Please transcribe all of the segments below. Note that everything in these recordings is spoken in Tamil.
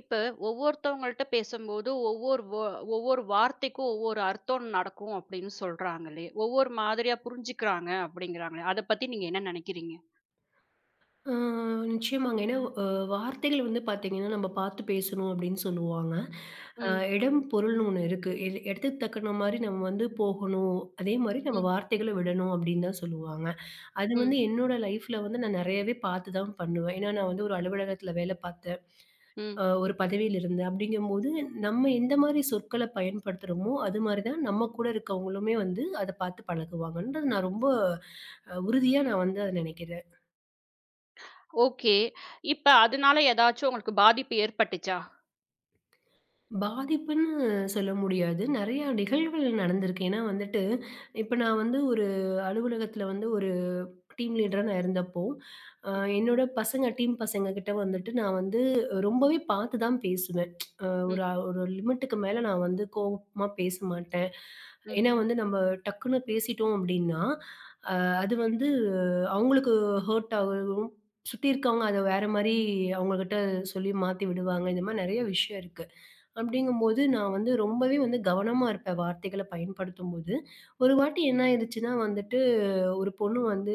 இப்ப ஒவ்வொருத்தவங்கள்ட்ட பேசும்போது ஒவ்வொரு வார்த்தைக்கும் ஒவ்வொரு அர்த்தம் நடக்கும் அப்படின்னு சொல்றாங்களே! ஒவ்வொரு மாதிரியா புரிஞ்சுக்கிறாங்க அப்படிங்கிறாங்களே! அத பத்தி நீங்க என்ன நினைக்கிறீங்க? ஆ, நிச்சயமாங்க. ஏன்னா, அ வார்த்தைகள் வந்து பார்த்தீங்கன்னா, நம்ம பார்த்து பேசணும் அப்படின்னு சொல்லுவாங்க. அ ம். இடம், பொருள்னு ஒண்ணு இருக்கு. இடத்துக்கு தக்கன மாரி நம்ம வந்து போகணும். அதே மாரி நம்ம ம். வார்த்தைகள விடணும் அப்படின்னு தான் சொல்லுவாங்க. அது வந்து ம். என்னோட லைஃப்ல வந்து நான் நெறையவே பார்த்து தான் பண்ணுவேன். ஏன்னா, நான் வந்து ஒரு அலுவலகத்தில வேலை பார்த்தேன். ம். ஒரு பதவியில இருந்தேன். அப்படிங்கும்போது, நம்ம எந்த மாரி சொற்கள பயன்படுத்துறோமோ, அது மாரி தான் நம்ம கூட இருக்கவங்களுமே வந்து அத பார்த்து பழகுவாங்கன்றது நான் ரொம்ப உறுதியா நான் வந்து அத நெனைக்கிறேன். ஓகே. இப்ப அதனால ஏதாச்சும் உங்களுக்கு பாதிப்பு ஏற்பட்டுச்சா? பாதிப்புன்னு சொல்ல முடியாது. நெறையா நிகழ்வுகள் நடந்திருக்கு. ஏன்னா வந்துட்டு, இப்ப நான் வந்து ஒரு அலுவலகத்தில வந்து ஒரு டீம் லீடரா நான் இருந்தப்போ, அ ம். என்னோட பசங்க டீம் பசங்க கிட்ட வந்துட்டு நான் வந்து ரொம்பவே பார்த்து தான் பேசுவேன். ம். ஒரு ஒரு லிமிட்டுக்கு மேல நான் வந்து கோவமா பேச மாட்டேன். ம். ஏன்னா வந்து நம்ம டக்குன்னு பேசிட்டோம் அப்டின்னா, அ அது வந்து அவங்களுக்கு ஹர்ட் ஆகவும், சுத்தி இருக்கவங்க அத வேற மாரி அவங்ககிட்ட சொல்லி மாத்தி விடுவாங்க. இந்த மாரி நெறைய விஷயம் இருக்கு. அப்படிங்கும்போது, நான் வந்து ரொம்பவே வந்து கவனமா இருப்பேன் வார்த்தைகள பயன்படுத்தும்போது. ஒரு வாட்டி என்ன ஆயிடுச்சுன்னா வந்துட்டு, ஒரு பொண்ணு வந்து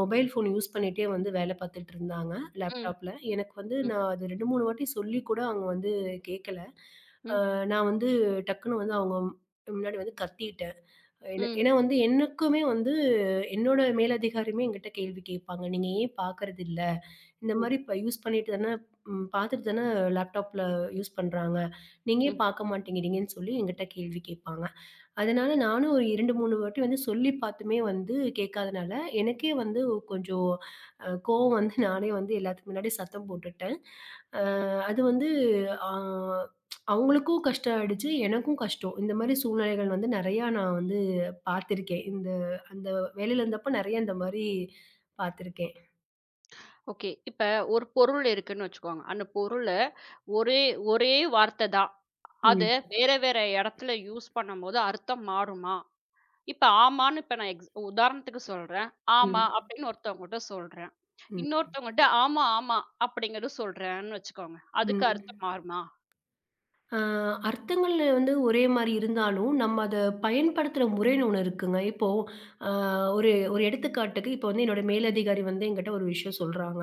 மொபைல் ஃபோன் யூஸ் பண்ணிட்டே வந்து வேல பார்த்துட்டு இருந்தாங்க, ம். லேப்டாப்ல. எனக்கு வந்து ம். நான் அது 2, 3 வாட்டி சொல்லி கூட அவங்க வந்து கேட்கல. ம். நான் வந்து டக்குனு வந்து அவங்க முன்னாடி வந்து கத்திட்டேன். ஏன்னா ம். ஏன்னா வந்து எனக்குமே வந்து என்னோட மேலதிகாரியுமே என்கிட்ட கேள்வி கேட்பாங்க. "நீங்க ஏன் பார்க்கறதில்ல? இந்த ம். மாரி இப்ப யூஸ் பண்ணிட்டு தானே பாத்துட்டு தானே லேப்டாப்ல யூஸ் பண்றாங்க. நீங்க ஏன் ம். பாக்க மாட்டேங்கிறீங்கன்னு சொல்லி என்கிட்ட கேள்வி கேட்பாங்க. அதனால நானும் ஒரு 2, 3 வாட்டி வந்து சொல்லி பாத்துமே வந்து கேட்காதனால, எனக்கே வந்து கொஞ்சம் கோவம் வந்து நானே வந்து எல்லாத்துக்கு முன்னாடியும் சத்தம் போட்டுட்டேன். அ அது வந்து அ அவங்களுக்கும் கஷ்டம் ஆயிடுச்சு, எனக்கும் கஷ்டம். இந்த மாரி சூழ்நிலைகள் வந்து நெறையா நான் வந்து பாத்திருக்கேன். அந்த வேலையில இருந்தப்ப நெறைய இந்த மாரி பாத்திருக்கேன். ஓகே. இப்ப ஒரு பொருள் இருக்குன்னு வச்சுக்கோங்க. அந்த பொருள ஒரே ஒரே வார்த்த தான். அத ம், வேற வேற இடத்துல யூஸ் பண்ணும்போது அர்த்தம் மாறுமா? இப்ப ஆமான்னு இப்ப நான் எக்ஸ் உதாரணத்துக்கு சொல்றேன். ம், ஆமா அப்படின்னு ஒருத்தவங்கட்ட சொல்றேன். ம். இன்னொருத்தவங்கட்ட ஆமா, ஆமா அப்படிங்கிறது சொல்றேன்னு வச்சுக்கோங்க. அதுக்கு அர்த்தம் ம். மாறுமா? அ அர்த்தங்கள் வந்து ஒரே மாரி இருந்தாலும், நம்ம அத பயன்படுத்துற முறைன்னு ஒண்ணு இருக்குங்க. இப்போ அ ஒரு ஒரு எடுத்துக்காட்டுக்கு இப்போ வந்து என்னோட மேலதிகாரி வந்து என்கிட்ட ஒரு விஷயம் சொல்றாங்க.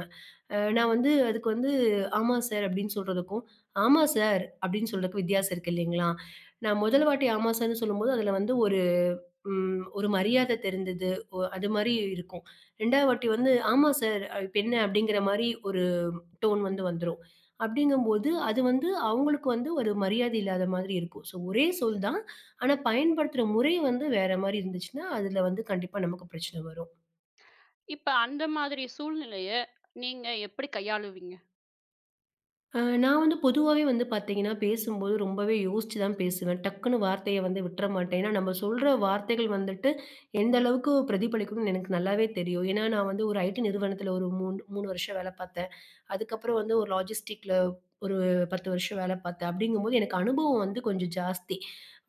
நான் வந்து அதுக்கு வந்து "ஆமா சார்" அப்படின்னு சொல்றதுக்கும், "ஆமா சார்" அப்படின்னு சொல்றதுக்கும் வித்தியாசம் இருக்கு இல்லைங்களா? நான் முதல் வாட்டி "ஆமா சார்ன்னு" சொல்லும்போது அதுல வந்து ஒரு ஒரு மரியாதை தெரிந்தது. அது மாரி இருக்கும். 2வது வாட்டி வந்து "ஆமா சார்" இப்ப என்ன அப்படிங்கிற மாரி டோன் வந்து வந்துரும். அப்படிங்கும்போது, அது வந்து அவங்களுக்கு வந்து ஒரு மரியாதை இல்லாத மாதிரி இருக்கும். ஸோ ஒரே சொல் தான். ஆனா, பயன்படுத்துற முறை வந்து வேற மாரி இருந்துச்சுன்னா, அதுல வந்து கண்டிப்பா நமக்கு பிரச்சனை வரும். இப்ப அந்த மாதிரி சூழ்நிலைய நீங்க எப்படி கையாளுவீங்க? நான் வந்து பொதுவாவே வந்து பார்த்தீங்கன்னா, பேசும்போது ரொம்பவே யோசிச்சு தான் பேசுவேன். டக்குன்னு வார்த்தைய வந்து விட்டுற மாட்டேன். ஏன்னா, நம்ம சொல்ற வார்த்தைகள் வந்துட்டு எந்த அளவுக்கு பிரதிபலிக்கும்னு எனக்கு நல்லாவே தெரியும். ஏன்னா, நான் வந்து ஒரு ஐடி நிறுவனத்தில ஒரு 3, 3 வருஷம் வேலை பார்த்தேன். அதுக்கப்புறம் வந்து ஒரு லாஜிஸ்டிக்ல ஒரு 10 வருஷம் வேலை பார்த்தேன். அப்படிங்கும்போது எனக்கு அனுபவம் வந்து கொஞ்சம் ஜாஸ்தி.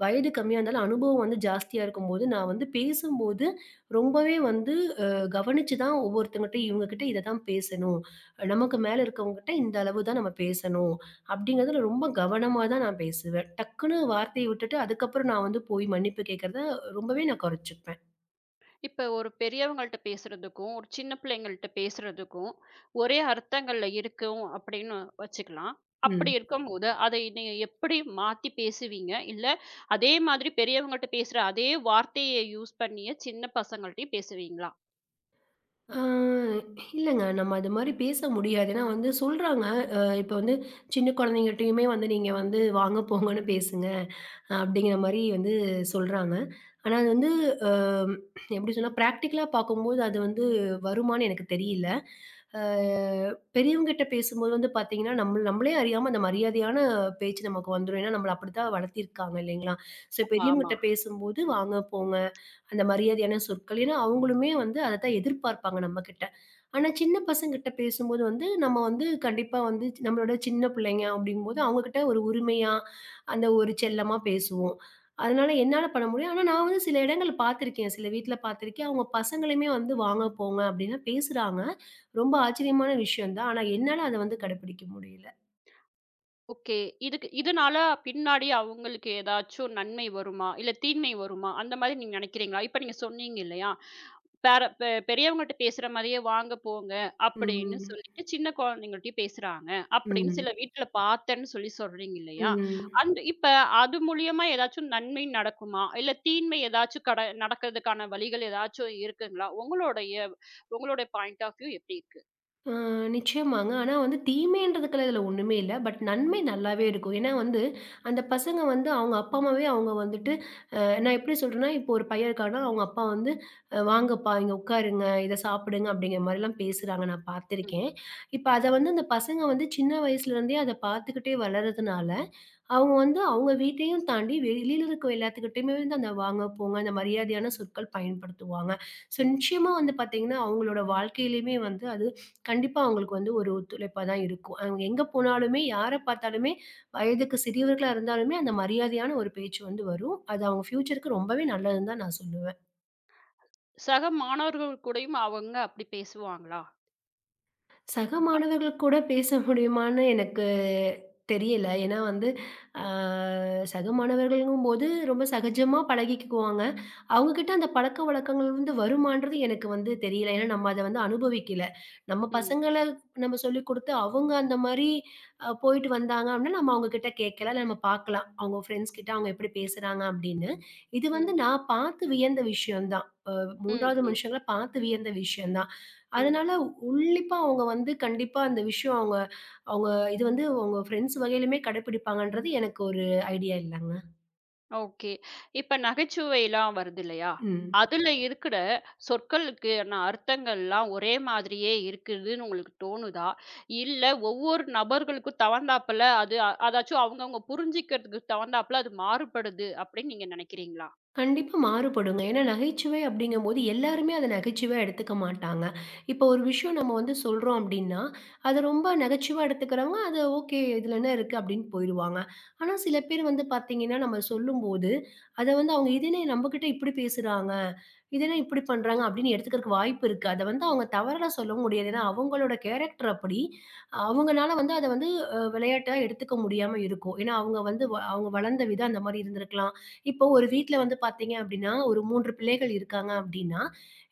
வயது கம்மியா இருந்தாலும் அனுபவம் வந்து ஜாஸ்தியா இருக்கும்போது, நான் வந்து பேசும்போது ரொம்பவே வந்து அ கவனிச்சு தான் ஒவ்வொருத்தவங்ககிட்டயும் இவங்ககிட்ட இத தான் பேசணும். நமக்கு மேல இருக்கவங்ககிட்ட இந்த அளவு தான் நம்ம பேசணும். அப்படிங்கிறதுல ரொம்ப கவனமா தான் நான் பேசுவேன். டக்குன்னு வார்த்தைய விட்டுட்டு அதுக்கப்புறம் நான் வந்து போய் மன்னிப்பு கேட்கிறத ரொம்பவே நான் குறைச்சுப்பேன். இப்ப ஒரு பெரியவங்கள்ட்ட பேசுறதுக்கும், ஒரு சின்ன பிள்ளைங்கள்ட்ட பேசுறதுக்கும் ஒரே அர்த்தங்கள்ல இருக்கும் அப்படின்னு வச்சுக்கலாம். அப்படி ம். இருக்கும்போது அதை நீங்க எப்படி மாத்தி பேசுவீங்க? இல்ல அதே மாதிரி பெரியவங்கட்ட பேசுற அதே வார்த்தைய யூஸ் பண்ணியே சின்ன பசங்கள்ட்டயும் பேசுவீங்களா? ஆ இல்லங்க. நம்ம அது மாரி பேச முடியாது. ஏன்னா வந்து சொல்றாங்க. இப்ப வந்து சின்ன குழந்தைங்கட்டயுமே வந்து நீங்க வந்து வாங்க, போங்கன்னு பேசுங்க. அப்படிங்கிற மாரி வந்து சொல்றாங்க. ஆனா அது வந்து அ எப்படி சொன்னா, பிராக்டிகலா பார்க்கும்போது அது வந்து வருமான்னு எனக்கு தெரியல. அ பெரியவங்ககிட்ட பேசும்போது வந்து பார்த்தீங்கன்னா, நம்ம நம்மளே அறியாம அந்த மரியாதையான பேச்சு நமக்கு வந்துரும். ஏன்னா நம்மள அப்படித்தான் வளர்த்திருக்காங்க இல்லைங்களா? ஸோ ஆமா, ஆமா. பெரியவங்ககிட்ட பேசும்போது வாங்க, போங்க அந்த மரியாதையான சொற்கள். ஏன்னா, அவங்களுமே வந்து அதத்தான் எதிர்பார்ப்பாங்க நம்மகிட்ட. ஆனா, சின்ன பசங்ககிட்ட பேசும்போது வந்து, நம்ம வந்து கண்டிப்பா வந்து நம்மளோட சின்ன பிள்ளைங்க அப்படிங்கும்போது, அவங்ககிட்ட ஒரு உரிமையா, அந்த ஒரு செல்லமா பேசுவோம். அதனால என்னால பண்ண முடியும். ஆனா, நான் வந்து சில இடங்கள்ல பார்த்துருக்கேன். சில வீட்ல பார்த்துருக்கேன். அவங்க பசங்களையுமே வந்து வாங்க, போங்க அப்படின்னு பேசுறாங்க. ரொம்ப ஆச்சரியமான விஷயம் தான். ஆனா, என்னால அத வந்து கடைபிடிக்க முடியல. ஓகே. இதுக்கு இதனால பின்னாடி அவங்களுக்கு ஏதாச்சும் நன்மை வருமா? இல்ல தீமை வருமா? அந்த மாதிரி நீங்க நினைக்கிறீங்களா? இப்ப நீங்க சொன்னீங்க இல்லையா? பேர பெ பெரியவங்கட்ட பேசுற மாரியே "வாங்க, போங்க" அப்படின்னு ம். சொல்லிட்டு சின்ன குழந்தைங்கள்ட்டயும் பேசுறாங்க. அப்படின்னு ம். சில வீட்ல பார்த்தேன்னு சொல்லி சொல்றீங்க இல்லையா? ம். அந்த இப்ப அது மூலியமா ஏதாச்சும் நன்மை நடக்குமா? இல்ல தீன்மை ஏதாச்சும் கட நடக்கிறதுக்கான வழிகள் ஏதாச்சும் இருக்குங்களா? உங்களுடைய உங்களுடைய பாயிண்ட் ஆஃப் வியூ எப்படி இருக்கு? ஆ நிச்சயமாங்க. ஆனா வந்து தீமைன்றதுக்குலாம் இதுல ஒண்ணுமே இல்ல. பட் நன்மை நல்லாவே இருக்கும். ஏன்னா வந்து, அந்த பசங்க வந்து அவங்க அப்பா, அம்மாவே அவங்க வந்துட்டு நான் எப்படி சொல்றேன்னா, இப்போ ஒரு பையன் இருக்கான்னா, அவங்க அப்பா வந்து, வாங்கப்பா இங்க உட்காருங்க, இத சாப்பிடுங்க" அப்படிங்கிற மாரிலாம் பேசுறாங்க நான் ம். பார்த்துருக்கேன். இப்ப அத வந்து அந்த பசங்க வந்து சின்ன வயசுலேருந்தே அத பார்த்துக்கிட்டே வளர்றதுனால, அவங்க வந்து அவங்க வீட்டையும் தாண்டி வெளியில இருக்க எல்லாத்துக்கிட்டயுமே வந்து அந்த வாங்க, போங்க அந்த மரியாதையான சொற்கள் பயன்படுத்துவாங்க. ஸோ, நிச்சயமா வந்து பார்த்தீங்கன்னா, அவங்களோட வாழ்க்கையிலயுமே வந்து அது கண்டிப்பா அவங்களுக்கு வந்து ஒரு ஒத்துழைப்பா தான் இருக்கும். அவங்க எங்க போனாலுமே, யார பார்த்தாலுமே, வயதுக்கு சிறியவர்களா இருந்தாலுமே அந்த மரியாதையான ஒரு பேச்சு வந்து வரும். அது அவங்க ஃப்யூச்சருக்கு ரொம்பவே நல்லதுன்னு தான் நான் சொல்லுவேன். சக மாணவர்கள் கூடயும் அவங்க அப்படி பேசுவாங்களா? சக மாணவர்கள் கூட பேச முடியுமான்னு எனக்கு தெரியல. ஏன்னா வந்து, ஆ சக மாணவர்கள்ங்கும்போது ரொம்ப சகஜமா பழகிக்குவாங்க. அவங்க கிட்ட அந்த பழக்கவழக்கங்கள் வந்து வருமான்றது எனக்கு வந்து தெரியல. ஏன்னா நம்ம அத வந்து அனுபவிக்கல. நம்ம ம். பசங்கள நம்ம சொல்லிக் குடுத்து, அவங்க அந்த மாரி போயிட்டு வந்தாங்க அப்படின்னா, நம்ம அவங்க கிட்ட கேட்கல. இல்ல நம்ம பார்க்கலாம். அவங்க ஃப்ரெண்ட்ஸ் கிட்ட அவங்க எப்படி பேசுறாங்க அப்படின்னு. இது வந்து ம். நான் பார்த்து வியந்த விஷயம் தான். ம். 3வது ம். மனுஷங்கள பார்த்து வியந்த விஷயம் தான். ம். அதனால உன்னிப்பா அவங்க வந்து கண்டிப்பா அந்த விஷயம் அவங்க அவங்க இது வந்து அவங்க ஃப்ரெண்ட்ஸ் வகையிலுமே கடைப்பிடிப்பாங்கன்றது எனக்கு ஒரு ஐடியா இல்லங்க. ஓகே. இப்ப நகைச்சுவைலாம் வருது இல்லையா? ம். அதுல இருக்கிற சொற்களுக்கான அர்த்தங்கள்லாம் ஒரே மாதிரியே இருக்குதுன்னு உங்களுக்கு தோணுதா? இல்ல ஒவ்வொரு நபர்களுக்கும் தகுந்தாப்புல அது அதாச்சும் அவங்கவங்க புரிஞ்சுக்கிறதுக்கு தகுந்தாப்புல அது மாறுபடுது அப்படின்னு நீங்க நினைக்கிறீங்களா? கண்டிப்பா மாறுபடுங்க. ஏன்னா நகைச்சுவை அப்படிங்கும்போது எல்லாருமே அத நகைச்சுவையா எடுத்துக்க மாட்டாங்க. இப்போ ஒரு விஷயம் நம்ம வந்து சொல்றோம் அப்படின்னா, அத ரொம்ப நகைச்சுவையா எடுத்துக்கிறவங்க, அது ஓகே இதுல என்ன இருக்கு அப்படின்னு போயிருவாங்க. ஆனா சில பேர் வந்து பார்த்தீங்கன்னா, நம்ம சொல்லும்போது அத வந்து அவங்க இது என்ன நம்மகிட்ட இப்படி பேசுறாங்க, இது என்ன இப்படி பண்றாங்க அப்படின்னு எடுத்துக்கிறதுக்கு வாய்ப்பு இருக்கு. அத வந்து அவங்க தவறா சொல்லவும் முடியாது. ஏன்னா அவங்களோட கேரக்டர் அப்படி. அவங்கனால வந்து அத வந்து விளையாட்டா எடுத்துக்க முடியாம இருக்கும். ஏன்னா அவங்க வந்து அவங்க வளர்ந்த விதம் அந்த மாரி இருந்திருக்கலாம். இப்போ ஒரு வீட்ல வந்து பார்த்தீங்க அப்டின்னா, ஒரு 3 பிள்ளைகள் இருக்காங்க அப்டின்னா,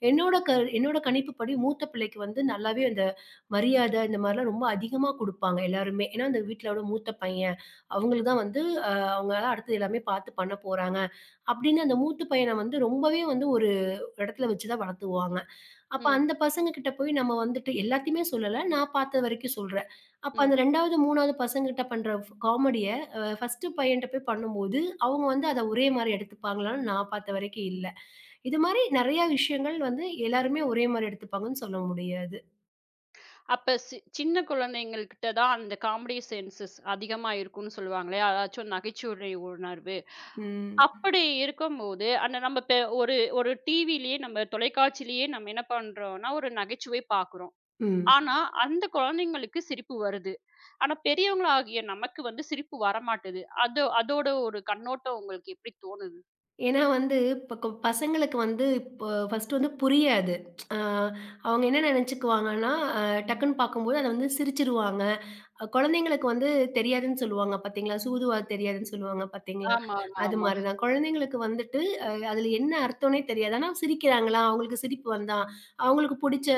என்னோட க என்னோட கணிப்புப்படி மூத்த பிள்ளைக்கு வந்து நல்லாவே அந்த மரியாத இந்த மாரிலாம் ரொம்ப அதிகமா குடுப்பாங்க எல்லாருமே. ஏன்னா, அந்த வீட்லோட மூத்த பையன். அவங்களுக்கு தான் வந்து அ அவங்க தான் அடுத்தது எல்லாமே பார்த்து பண்ண போறாங்க. அப்டின்னு அந்த மூத்த பையன வந்து ரொம்பவே வந்து ஒரு இடத்துல வச்சு தான் வளர்த்துவாங்க. அப்ப ம். அந்த பசங்க கிட்ட போய் நம்ம வந்துட்டு எல்லாத்தையுமே சொல்லல. நான் பார்த்த வரைக்கும் சொல்றேன். அப்ப ம். அந்த 2வது, 3வது பசங்ககிட்ட பண்ற ஃப் காமெடிய 1 பையன்ட்ட போய் பண்ணும்போது, அவங்க வந்து அத ஒரே மாரி எடுத்துப்பாங்களான்னு நான் பார்த்த வரைக்கும் இல்ல. இது மாரி நெறைய விஷயங்கள் வந்து எல்லாருமே ஒரே மாரி எடுத்துப்பாங்கன்னு சொல்ல முடியாது. அப்ப சின்ன குழந்தைங்கள்கிட்ட தான் அந்த காமெடி சென்சஸ் அதிகமா இருக்கும்னு சொல்லுவாங்களே! அதாச்சும் நகைச்சுவை உணர்வு. ம். அப்படி இருக்கும்போது, அந்த நம்ம இப்ப ஒரு ஒரு டிவிலயே நம்ம தொலைக்காட்சியிலேயே நம்ம என்ன பண்றோம்னா, ஒரு நகைச்சுவை பார்க்குறோம். ம். ஆனா, அந்த குழந்தைங்களுக்கு சிரிப்பு வருது. ஆனா, பெரியவங்களாகிய நமக்கு வந்து சிரிப்பு வரமாட்டுது. அது அதோட ஒரு கண்ணோட்டம் உங்களுக்கு எப்படி தோணுது? ஏன்னா வந்து இப்ப பசங்களுக்கு வந்து இப்போ 1 வந்து புரியாது. அ அவங்க என்ன நெனச்சுக்குவாங்கன்னா, அ டக்குன்னு பார்க்கும்போது அத வந்து சிரிச்சுருவாங்க. குழந்தைங்களுக்கு வந்து தெரியாதுன்னு சொல்லுவாங்க பார்த்தீங்களா? சூதுவாது தெரியாதுன்னு சொல்லுவாங்க பார்த்தீங்களா? ஆமா, ஆமா, அது ஆமா. மாரி தான். குழந்தைங்களுக்கு வந்துட்டு அதில என்ன அர்த்தம்னே தெரியாது. ஆனா சிரிக்கிறாங்களா? அவங்களுக்கு சிரிப்பு வந்தா, அவங்களுக்கு புடிச்ச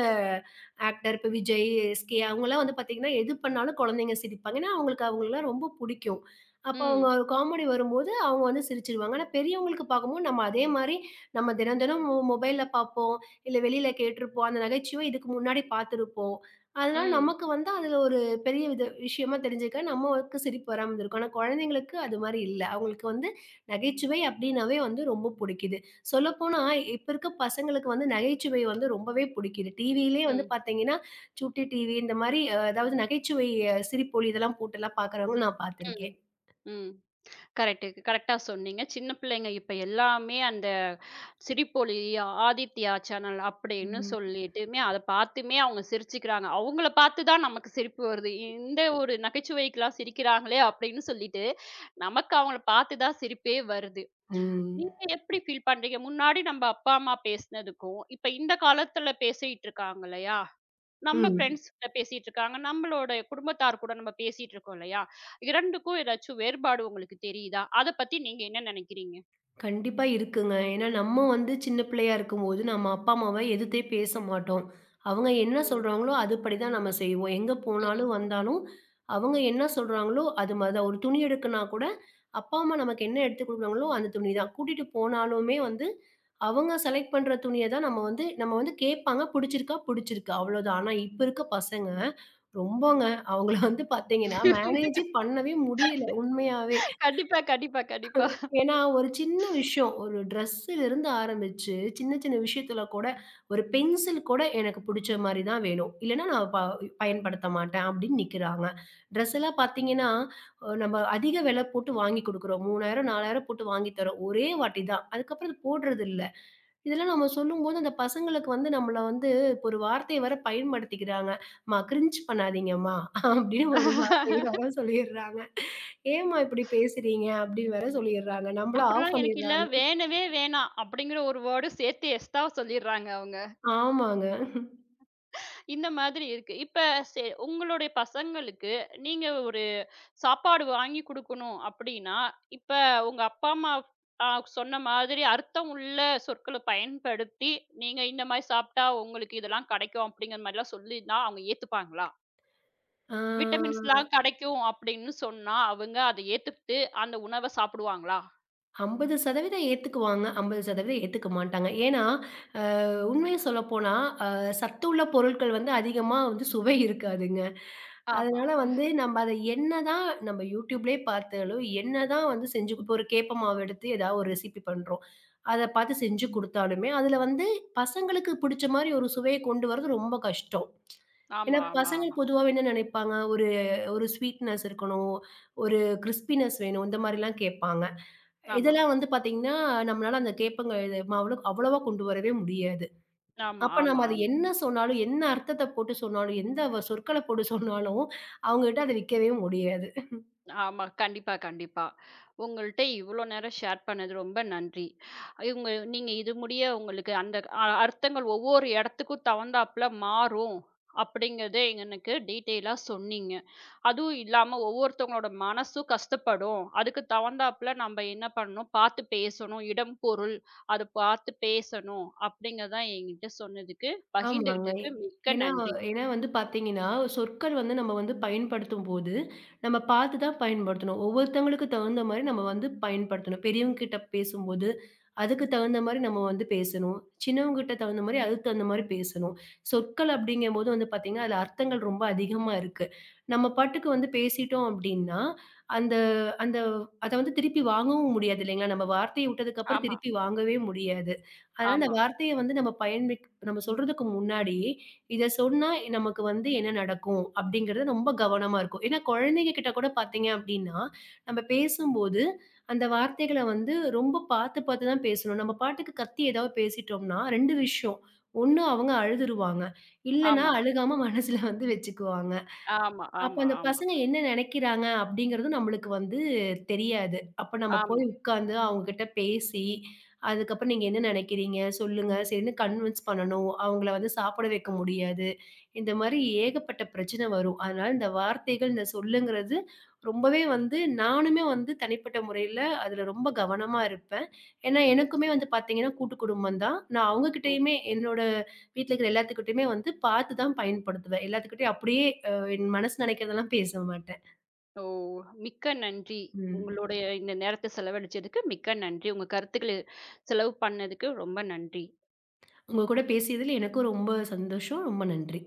ஆக்டர் இப்ப விஜய், எஸ்கே அவங்கலாம் வந்து பார்த்தீங்கன்னா, எது பண்ணாலும் குழந்தைங்க சிரிப்பாங்க. ஏன்னா அவங்களுக்கு அவங்களலாம் ரொம்ப புடிக்கும். அப்போ அவங்க ம், ஒரு காமெடி வரும்போது அவங்க வந்து சிரிச்சுருவாங்க. ஆனா பெரியவங்களுக்கு பார்க்கும்போது நம்ம அதே மாரி நம்ம தினம் தினம் மொபைல்ல பார்ப்போம், இல்ல வெளியில கேட்டுருப்போம். அந்த நகைச்சுவை இதுக்கு முன்னாடி பார்த்துருப்போம். அதனால ம், நமக்கு வந்து அதில ஒரு பெரிய வித விஷயமா தெரிஞ்சிருக்கா, நமக்கு சிரிப்பு வராம இருந்திருக்கும். ஆனா குழந்தைங்களுக்கு அது மாரி இல்ல. அவங்களுக்கு வந்து நகைச்சுவை அப்டின்னாவே வந்து ரொம்ப புடிக்குது. சொல்லப்போனா இப்ப இருக்க பசங்களுக்கு வந்து நகைச்சுவை வந்து ரொம்பவே புடிக்குது. டிவியிலேயே வந்து ம், பார்த்தீங்கன்னா, சுட்டி டிவி இந்த மாரி அதாவது நகைச்சுவை சிரிப்பொலி இதெல்லாம் போட்டுலாம் பார்க்குறவங்கள நான் ம். பார்த்துருக்கேன். ம். கரெக்ட்டு. கரெக்ட்டா சொன்னீங்க. சின்ன பிள்ளைங்க இப்ப எல்லாமே அந்த சிரிப்பொலி, ஆதித்யா சேனல் அப்படின்னு ம். சொல்லிட்டுமே அத பார்த்துமே அவங்க சிரிச்சுக்கிறாங்க. அவங்கள பார்த்து தான் நமக்கு சிரிப்பு வருது. இந்த ஒரு நகைச்சுவைக்கெல்லாம் சிரிக்கிறாங்களே அப்படின்னு சொல்லிட்டு, நமக்கு அவங்கள பார்த்து தான் சிரிப்பே வருது. ம். நீங்க எப்படி ஃபீல் பண்றீங்க? முன்னாடி நம்ம அப்பா, அம்மா பேசினதுக்கும், இப்ப இந்த காலத்துல பேசிட்டு இருக்காங்க இல்லையா? நம்ம ம். ஃப்ரெண்ட்ஸ் கிட்ட பேசிட்டு இருக்காங்க. நம்மளோட குடும்பத்தார் கூட நம்ம பேசிட்டு இருக்கோம் இல்லையா? 2க்கும் ஏதாச்சும் வேறுபாடு உங்களுக்கு தெரியுதா? அத பத்தி நீங்க என்ன நினைக்கிறீங்க? கண்டிப்பா இருக்குங்க. ஏன்னா, நம்ம வந்து சின்ன பிள்ளையா இருக்கும்போது, நம்ம அப்பா, அம்மாவ எதிர்த்தே பேச மாட்டோம். அவங்க என்ன ம். சொல்றாங்களோ, அதுபடி தான் நம்ம செய்வோம். எங்க போனாலும், ம். வந்தாலும், அவங்க என்ன சொல்றாங்களோ, அது மாரி தான். ஒரு துணி எடுக்கன்னா கூட, அப்பா, அம்மா நமக்கு என்ன எடுத்து குடுக்குறாங்களோ, அந்த துணி தான். கூட்டிட்டு போனாலுமே வந்து, அவங்க செலக்ட் பண்ற துணிய தான் நம்ம வந்து கேட்பாங்க. புடிச்சிருக்கா, புடிச்சிருக்கு. அவ்வளோதான். ஆனா, இப்ப இருக்க பசங்க ரொம்பங்க. அவங்கள வந்து பாத்தீங்கன்னா, மேனேஜே பண்ணவே முடியல. உண்மையாவே. கண்டிப்பா, கண்டிப்பா, கண்டிப்பா. ஏன்னா, ஒரு சின்ன விஷயம். ஒரு ட்ரெஸ்ஸுலருந்து ஆரம்பிச்சு, சின்ன சின்ன விஷயத்துல கூட, ஒரு பென்சில் கூட எனக்கு புடிச்ச மாரி தான் வேணும். இல்லன்னா நான் ப பயன்படுத்த மாட்டேன் அப்படின்னு நிக்கிறாங்க. ட்ரெஸ் எல்லாம் பாத்தீங்கன்னா, நம்ம அதிக விலை போட்டு வாங்கி குடுக்குறோம். 3000, 4000 போட்டு வாங்கி தர்றோம். ஒரே வாட்டி தான். அதுக்கப்புறம் அது போடுறதில்ல. இதெல்லாம் நம்ம சொல்லும்போது, அந்த பசங்களுக்கு வந்து நம்மள வந்து இப்ப ஒரு வார்த்தைய வேற பயன்படுத்திக்கிறாங்க. "அம்மா கிரின்ஜ் பண்ணாதீங்கம்மா" அப்படின்னு ஒரு வார்த்தை வேற சொல்லிர்றாங்க. ஏம்மா இப்படி பேசுறீங்க? அப்படின்னு வேற சொல்லிடுறாங்க. நம்மள ஆஃப் அப்படிலாம் எனக்கு இல்ல பண்ணிடுறாங்க. வேணவே வேணாம் அப்படிங்கிற ஒரு வேர்டும் சேர்த்து எஸ் தான் சொல்லிடுறாங்க அவங்க. ஆமாங்க. இந்த மாதிரி இருக்கு. இப்ப உங்களுடைய பசங்களுக்கு நீங்க சாப்பாடு வாங்கி குடுக்கணும் அப்படின்னா, இப்ப உங்க அப்பா, அம்மா அ சொன்ன மாதிரி அர்த்தம் உள்ள சொற்கள பயன்படுத்தி, நீங்க இந்த மாரி சாப்பிட்டா உங்களுக்கு இதெல்லாம் கிடைக்கும் அப்படிங்கிற மாரிலாம் சொல்லியிருந்தா அவங்க ஏத்துப்பாங்களா? ஆ விட்டமின்ஸ்லாம் கிடைக்கும் அப்படின்னு சொன்னா, அவங்க அத ஏத்துக்கிட்டு அந்த உணவ சாப்பிடுவாங்களா? 50% ஏத்துக்குவாங்க. 50% ஏத்துக்க மாட்டாங்க. ஏன்னா, உண்மைய சொல்லப்போனா, அ சத்துள்ள பொருட்கள் வந்து அதிகமா வந்து சுவை இருக்காதுங்க. ஆமா. அதனால வந்து நம்ம அத என்னதான் நம்ம YouTubeலயே பார்த்தாலும், என்னதான் வந்து செஞ்சு இப்போ ஒரு கேப்ப மாவு எடுத்து ஏதாவது ஒரு ரெசிபி பண்றோம். அத பார்த்து செஞ்சு குடுத்தாலுமே, அதுல வந்து பசங்களுக்கு பிடிச்ச மாரி ஒரு சுவைய கொண்டு வர்றது ரொம்ப கஷ்டம். ஏன்னா ஆமா, ஆமா, பசங்க ஆமா. பொதுவாவே என்ன நினைப்பாங்க, ஒரு ஒரு ஸ்வீட்னஸ் இருக்கணும், ஒரு கிரிஸ்பினஸ் வேணும், இந்த மாரிலாம் கேட்பாங்க. ஆமா, இதெல்லாம் வந்து பாத்தீங்கன்னா, நம்மளால அந்த கேப்பங்க இது மாவுல அவ்வளவா கொண்டு வரவே முடியாது. ஆமா, அப்ப ஆமா, நம்ம அது ஆமா. என்ன சொன்னாலும், என்ன அர்த்தத்த போட்டு சொன்னாலும், எந்த வ சொற்கள போட்டு சொன்னாலும், அவங்ககிட்ட அது விக்கவே முடியாது. ஆமா. கண்டிப்பா, கண்டிப்பா. உங்கள்ட்ட இவ்ளோ நேரம் ஷேர் பண்ணது ரொம்ப நன்றி. இவங்க நீங்க இது முடிய உங்களுக்கு அந்த அர்த்தங்கள் ஒவ்வொரு இடத்துக்கும் தகுந்தாப்புல மாறும். அப்படிங்கிறத எனக்கு டீட்டெயிலா சொன்னீங்க. அதுவும் இல்லாம ஒவ்வொருத்தவங்களோட மனசும் கஷ்டப்படும். அதுக்கு தகுந்தாப்புல நம்ம என்ன பண்ணணும், பார்த்து பேசணும். இடம், பொருள் அத பார்த்து பேசணும். அப்படிங்கிறத என்கிட்ட சொன்னதுக்கு, ஆமாங்க. பகிர்ந்துகிட்டதுக்கு மிக்க ஏன்னா நன்றி. ஏன்னா வந்து பார்த்தீங்கன்னா, சொற்கள் வந்து நம்ம வந்து பயன்படுத்தும்போது, நம்ம பார்த்து தான் பயன்படுத்தணும். ஒவ்வொருத்தவங்களுக்கு தகுந்த மாரி நம்ம வந்து பயன்படுத்தணும். பெரியவங்க கிட்ட பேசும்போது, அதுக்கு தகுந்த மாரி நம்ம வந்து பேசணும். சின்னவங்க கிட்ட தகுந்த மாரி, அதுக்கு தகுந்த மாரி பேசணும். சொற்கள் அப்படிங்கும்போது வந்து பார்த்தீங்கன்னா, அதில அர்த்தங்கள் ரொம்ப அதிகமா இருக்கு. நம்ம பாட்டுக்கு வந்து பேசிட்டோம் அப்படின்னா, அந்த அந்த அத வந்து திருப்பி வாங்கவும் முடியாது இல்லைங்களா? நம்ம வார்த்தைய விட்டதுக்கப்புறம் ஆமா, திருப்பி வாங்கவே முடியாது. அதனால அந்த ஆமா, வார்த்தைய வந்து நம்ம நம்ம சொல்றதுக்கு முன்னாடி, இத சொன்னா நமக்கு வந்து என்ன நடக்கும்? அப்படிங்கிறது ரொம்ப கவனமா இருக்கும். ஏன்னா குழந்தைங்க கிட்ட கூட பார்த்தீங்க அப்படின்னா, நம்ம பேசும்போது அந்த வார்த்தைகள வந்து ரொம்ப பார்த்து பார்த்து தான் பேசணும். நம்ம பாட்டுக்கு கத்தி ஏதாவது பேசிட்டோம்னா, 2 விஷயம். ஒண்ணு அவங்க அழுதுருவாங்க. இல்லன்னா ஆமா, அழுகாம மனசுல வந்து வச்சுக்குவாங்க. ஆமா, அப்ப ஆமா, அந்த ஆமா, பசங்க என்ன நெனைக்கிறாங்க அப்படிங்கிறதும் நம்மளுக்கு வந்து தெரியாது. அப்ப நம்ம போய் ஆமா. உட்கார்ந்து அவங்ககிட்ட பேசி, அதுக்கப்புறம் நீங்க என்ன நெனைக்கிறீங்க? சொல்லுங்க. சரின்னு கன்வின்ஸ் பண்ணணும். அவங்கள வந்து சாப்பிட வைக்க முடியாது. இந்த மாரி ஏகப்பட்ட பிரச்சனை வரும். அதனால இந்த வார்த்தைகள், இந்த சொல்லுங்கிறது ரொம்பவே வந்து நானுமே வந்து தனிப்பட்ட முறையில அதுல ரொம்ப கவனமா இருப்பேன். ஏன்னா எனக்குமே வந்து பார்த்தீங்கன்னா கூட்டு குடும்பம் தான். நான் அவங்ககிட்டயுமே என்னோட வீட்ல இருக்கிற எல்லாத்துக்கிட்டயுமே வந்து பார்த்து தான் பயன்படுத்துவேன். எல்லாத்துக்கிட்டயும் அப்படியே என் மனசு நினைக்கிறதெல்லாம் பேச மாட்டேன். ஓ! மிக்க நன்றி. ம். உங்களுடைய இந்த நேரத்த செலவழிச்சதுக்கு மிக்க நன்றி. உங்க கருத்துக்கள செலவு பண்ணதுக்கு ரொம்ப நன்றி. உங்க கூட பேசியதில் எனக்கும் ரொம்ப சந்தோஷம். ரொம்ப நன்றி.